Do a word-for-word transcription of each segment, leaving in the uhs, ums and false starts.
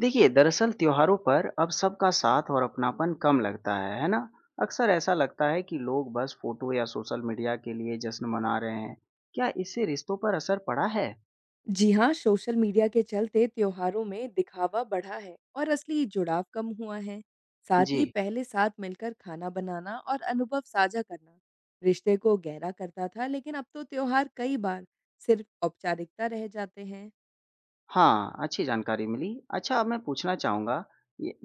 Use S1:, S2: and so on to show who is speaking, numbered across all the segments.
S1: देखिए, दरअसल त्योहारों पर अब सबका साथ और अपनापन कम लगता है है ना। अक्सर ऐसा लगता है कि लोग बस फोटो या सोशल मीडिया के लिए जश्न मना रहे हैं। क्या इससे रिश्तों पर असर पड़ा है।
S2: जी हाँ, सोशल मीडिया के चलते त्योहारों में दिखावा बढ़ा है और असली जुड़ाव कम हुआ है। साथ
S1: जी।
S2: ही पहले साथ मिलकर खाना बनाना और अनुभव साझा करना रिश्ते को गहरा करता था, लेकिन अब तो त्योहार कई बार सिर्फ औपचारिकता रह जाते हैं।
S1: हाँ, अच्छी जानकारी मिली। अच्छा, अब मैं पूछना चाहूँगा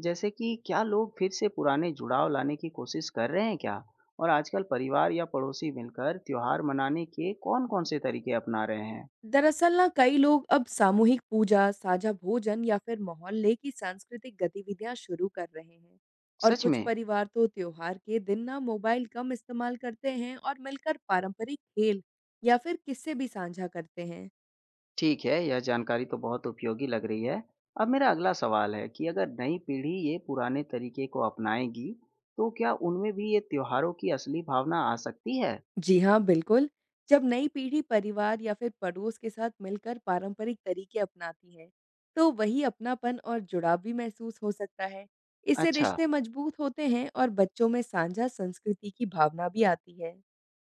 S1: जैसे कि क्या लोग फिर से पुराने जुड़ाव लाने की कोशिश कर रहे हैं, क्या और आजकल परिवार या पड़ोसी मिलकर त्योहार मनाने के कौन-कौन से तरीके अपना रहे हैं।
S2: दरअसल ना कई लोग अब सामूहिक पूजा, साझा भोजन या फिर मोहल्ले की सांस्कृतिक गतिविधियां शुरू कर रहे हैं। और
S1: सच
S2: कुछ
S1: में।
S2: परिवार तो त्योहार के दिन ना मोबाइल कम इस्तेमाल करते हैं और मिलकर पारंपरिक खेल या फिर किस्से भी साझा करते हैं।
S1: ठीक है, यह जानकारी तो बहुत उपयोगी लग रही है। अब मेरा अगला सवाल है कि अगर नई पीढ़ी ये पुराने तरीके को अपनाएगी, तो क्या उनमें भी ये त्योहारों की असली भावना आ सकती है?
S2: जी हाँ, बिल्कुल। जब नई पीढ़ी परिवार या फिर पड़ोस के साथ मिलकर पारंपरिक तरीके अपनाती है, तो वही अपनापन और जुड़ाव भी महसूस हो सकता है। इससे
S1: अच्छा,
S2: रिश्ते मजबूत होते हैं और बच्चों में साझा संस्कृति की भावना भी आती है।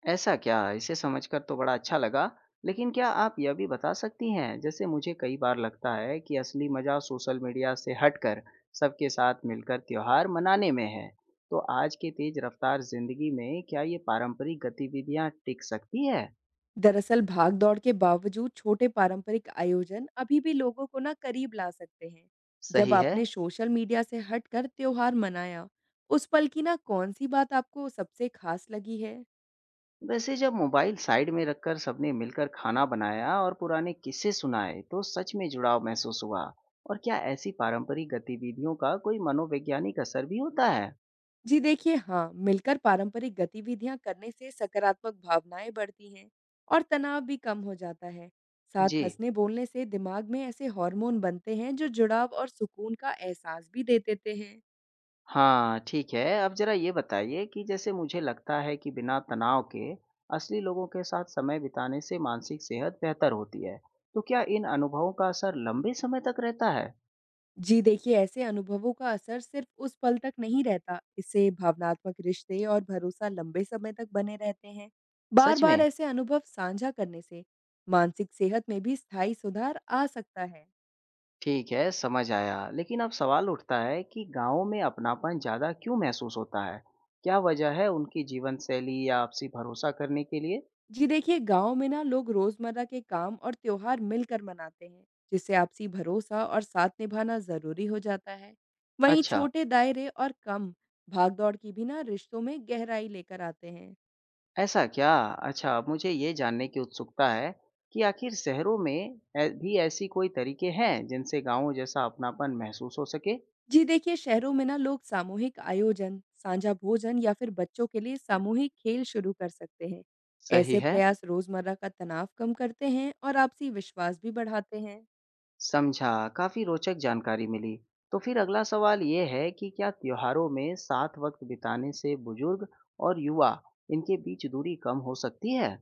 S1: ऐसा क्या? इसे समझकर तो बड़ा अच्छा लगा, लेकिन क्या आप यह भी बता सकती हैं, जैसे मुझे कई बार लगता है कि असली मज़ा सोशल मीडिया से हटकर सबके साथ मिलकर त्योहार मनाने में है। तो आज के तेज रफ्तार जिंदगी में क्या ये पारंपरिक गतिविधियां टिक सकती है?
S2: दरअसल भाग दौड़ के बावजूद छोटे पारंपरिक आयोजन अभी भी लोगों को ना करीब ला सकते हैं। जब
S1: सही है।
S2: आपने सोशल मीडिया से हटकर त्योहार मनाया, उस पल की ना कौन सी बात आपको सबसे खास लगी है?
S1: वैसे जब मोबाइल साइड में रखकर सबने मिलकर खाना बनाया और पुराने किस्से सुनाए, तो सच में जुड़ाव महसूस हुआ। और क्या ऐसी पारंपरिक गतिविधियों का कोई मनोवैज्ञानिक असर भी होता है?
S2: जी देखिए, हाँ मिलकर पारंपरिक गतिविधियां करने से सकारात्मक भावनाएं बढ़ती हैं और तनाव भी कम हो जाता है। साथ
S1: जी।
S2: हंसने बोलने से दिमाग में ऐसे हार्मोन बनते हैं जो जुड़ाव और सुकून का एहसास भी दे देते हैं।
S1: हाँ, ठीक है, अब जरा ये बताइए कि जैसे मुझे लगता है कि बिना तनाव के असली लोगों के साथ समय बिताने से मानसिक सेहत बेहतर होती है। तो क्या इन अनुभवों का असर लंबे समय तक रहता है?
S2: जी देखिए, ऐसे अनुभवों का असर सिर्फ उस पल तक नहीं रहता, इससे भावनात्मक रिश्ते और भरोसा लंबे समय तक बने रहते हैं।
S1: सच
S2: बार-बार
S1: में।
S2: ऐसे अनुभव साझा करने से मानसिक सेहत में भी स्थायी सुधार आ सकता है।
S1: ठीक है, समझ आया। लेकिन अब सवाल उठता है कि गाँव में अपनापन ज़्यादा क्यों महसूस होता है? क्या वजह है, उनकी जीवन शैली या आपसी भरोसा करने के लिए?
S2: जी देखिए, गांव में ना लोग रोजमर्रा के काम और त्योहार मिलकर मनाते हैं, जिससे आपसी भरोसा और साथ निभाना जरूरी हो जाता है। वहीं
S1: अच्छा,
S2: छोटे दायरे और कम भागदौड़ की भी ना रिश्तों में गहराई लेकर आते हैं।
S1: ऐसा क्या? अच्छा, अब मुझे ये जानने की उत्सुकता है कि आखिर शहरों में ऐ भी ऐसी कोई तरीके हैं जिनसे गाँव जैसा अपनापन महसूस हो सके?
S2: जी देखिए, शहरों में ना लोग सामूहिक आयोजन, साझा भोजन या फिर बच्चों के लिए सामूहिक खेल शुरू कर सकते हैं।
S1: सही
S2: ऐसे
S1: है।
S2: प्रयास रोजमर्रा का तनाव कम करते हैं और आपसी विश्वास भी बढ़ाते हैं।
S1: समझा, काफी रोचक जानकारी मिली। तो फिर अगला सवाल ये है कि क्या त्योहारों में साथ वक्त बिताने से बुजुर्ग और युवा इनके बीच दूरी कम हो सकती है?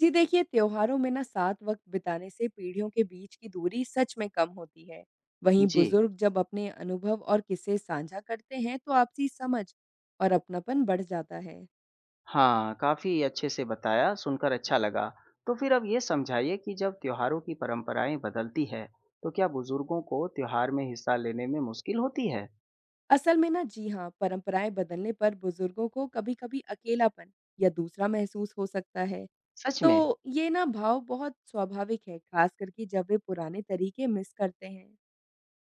S2: जी देखिए, त्योहारों में ना साथ वक्त बिताने से पीढ़ियों के बीच की दूरी सच में कम होती है। वहीं
S1: जी,
S2: बुजुर्ग जब अपने अनुभव और किस्से साझा करते हैं तो आपसी समझ और अपनापन बढ़ जाता है।
S1: हाँ, काफी अच्छे से बताया, सुनकर अच्छा लगा। तो फिर अब ये समझाइए कि जब त्योहारों की परंपराएं बदलती है, तो क्या बुजुर्गों को त्योहार में हिस्सा लेने में मुश्किल होती है?
S2: असल में ना जी हाँ, परंपराएं बदलने पर बुजुर्गों को कभी-कभी अकेलापन या दूसरा महसूस हो सकता है।
S1: सच में?
S2: तो ये ना भाव बहुत स्वाभाविक है, खास करके जब वे पुराने तरीके मिस करते हैं।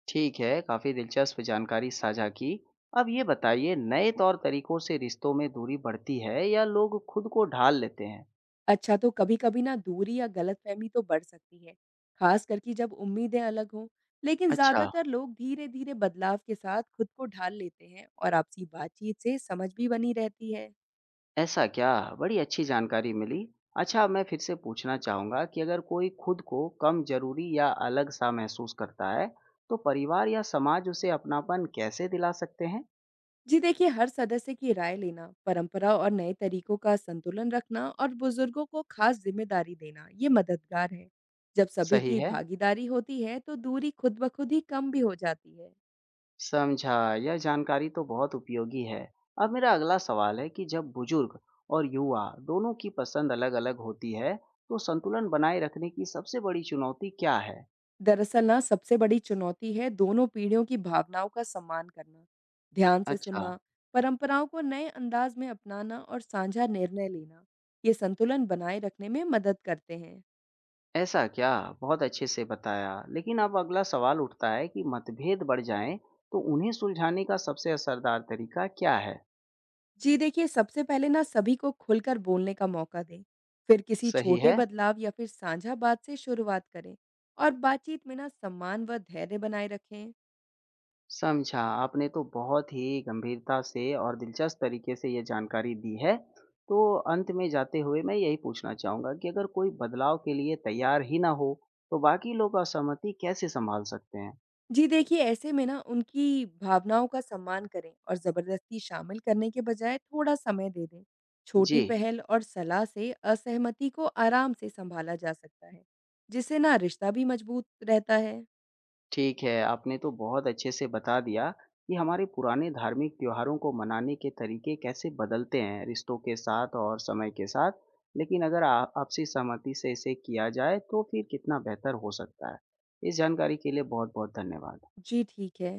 S1: ठीक है, काफ़ी दिलचस्प जानकारी साझा की। अब ये बताइए, नए तौर तरीकों से रिश्तों में दूरी बढ़ती है या लोग खुद को ढाल लेते हैं?
S2: अच्छा, तो कभी-कभी ना दूरी या गलतफहमी तो बढ़ सकती है, खास करके जब उम्मीदें अलग हों। लेकिन
S1: अच्छा,
S2: ज़्यादातर लोग धीरे-धीरे बदलाव के साथ खुद को ढाल लेते हैं और आपसी बातचीत से समझ भी बनी रहती है।
S1: ऐसा क्या? बड़ी अच्छी जानकारी मिली। अच्छा, मैं फिर से पूछना चाहूँगा कि अगर कोई खुद को कम ज़रूरी या अलग सा महसूस करता है, तो परिवार या समाज उसे अपनापन कैसे दिला सकते हैं?
S2: जी देखिए, हर सदस्य की राय लेना, परंपरा और नए तरीकों का संतुलन रखना और बुजुर्गों को खास जिम्मेदारी देना ये मददगार है। जब सभी
S1: सही
S2: की
S1: है।
S2: भागीदारी होती है तो दूरी खुद ब खुद ही कम भी हो जाती है।
S1: समझा। यह जानकारी तो बहुत उपयोगी है। अब मेरा अगला सवाल है कि जब बुजुर्ग और युवा दोनों की पसंद अलग-अलग होती है, तो संतुलन बनाए रखने की सबसे बड़ी चुनौती क्या है?
S2: दरअसल ना सबसे बड़ी चुनौती है दोनों पीढ़ियों की भावनाओं का सम्मान करना, ध्यान से
S1: अच्छा,
S2: सुनना, परंपराओं को नए अंदाज में अपनाना और साझा निर्णय लेना। ये संतुलन बनाए रखने में मदद करते हैं।
S1: ऐसा क्या? बहुत अच्छे से बताया। लेकिन अब अगला सवाल उठता है कि मतभेद बढ़ जाएं, तो उन्हें सुलझाने का सबसे असरदार तरीका क्या है?
S2: जी देखिए, सबसे पहले ना सभी को खुलकर बोलने का मौका दें। फिर किसी
S1: सही
S2: छोटे
S1: है?
S2: बदलाव या फिर साझा बात से शुरुआत करें और बातचीत में ना सम्मान व धैर्य बनाए रखें।
S1: समझा। आपने तो बहुत ही गंभीरता से और दिलचस्प तरीके से ये जानकारी दी है। तो अंत में जाते हुए मैं यही पूछना चाहूँगा कि अगर कोई बदलाव के लिए तैयार ही ना हो, तो बाकी लोग असहमति कैसे सँभाल सकते हैं?
S2: जी देखिए, ऐसे में ना उनकी भावनाओं का सम्मान करें और ज़बरदस्ती शामिल करने के बजाय थोड़ा समय दे दें।
S1: जी,
S2: छोटी पहल और सलाह से असहमति को आराम से संभाला जा सकता है, जिससे ना रिश्ता भी मजबूत रहता है।
S1: ठीक है। आपने तो बहुत अच्छे से बता दिया कि हमारे पुराने धार्मिक त्योहारों को मनाने के तरीके कैसे बदलते हैं रिश्तों के साथ और समय के साथ। लेकिन अगर आ आपसी सहमति से इसे किया जाए तो फिर कितना बेहतर हो सकता है। इस जानकारी के लिए बहुत-बहुत धन्यवाद।
S2: जी, ठीक है।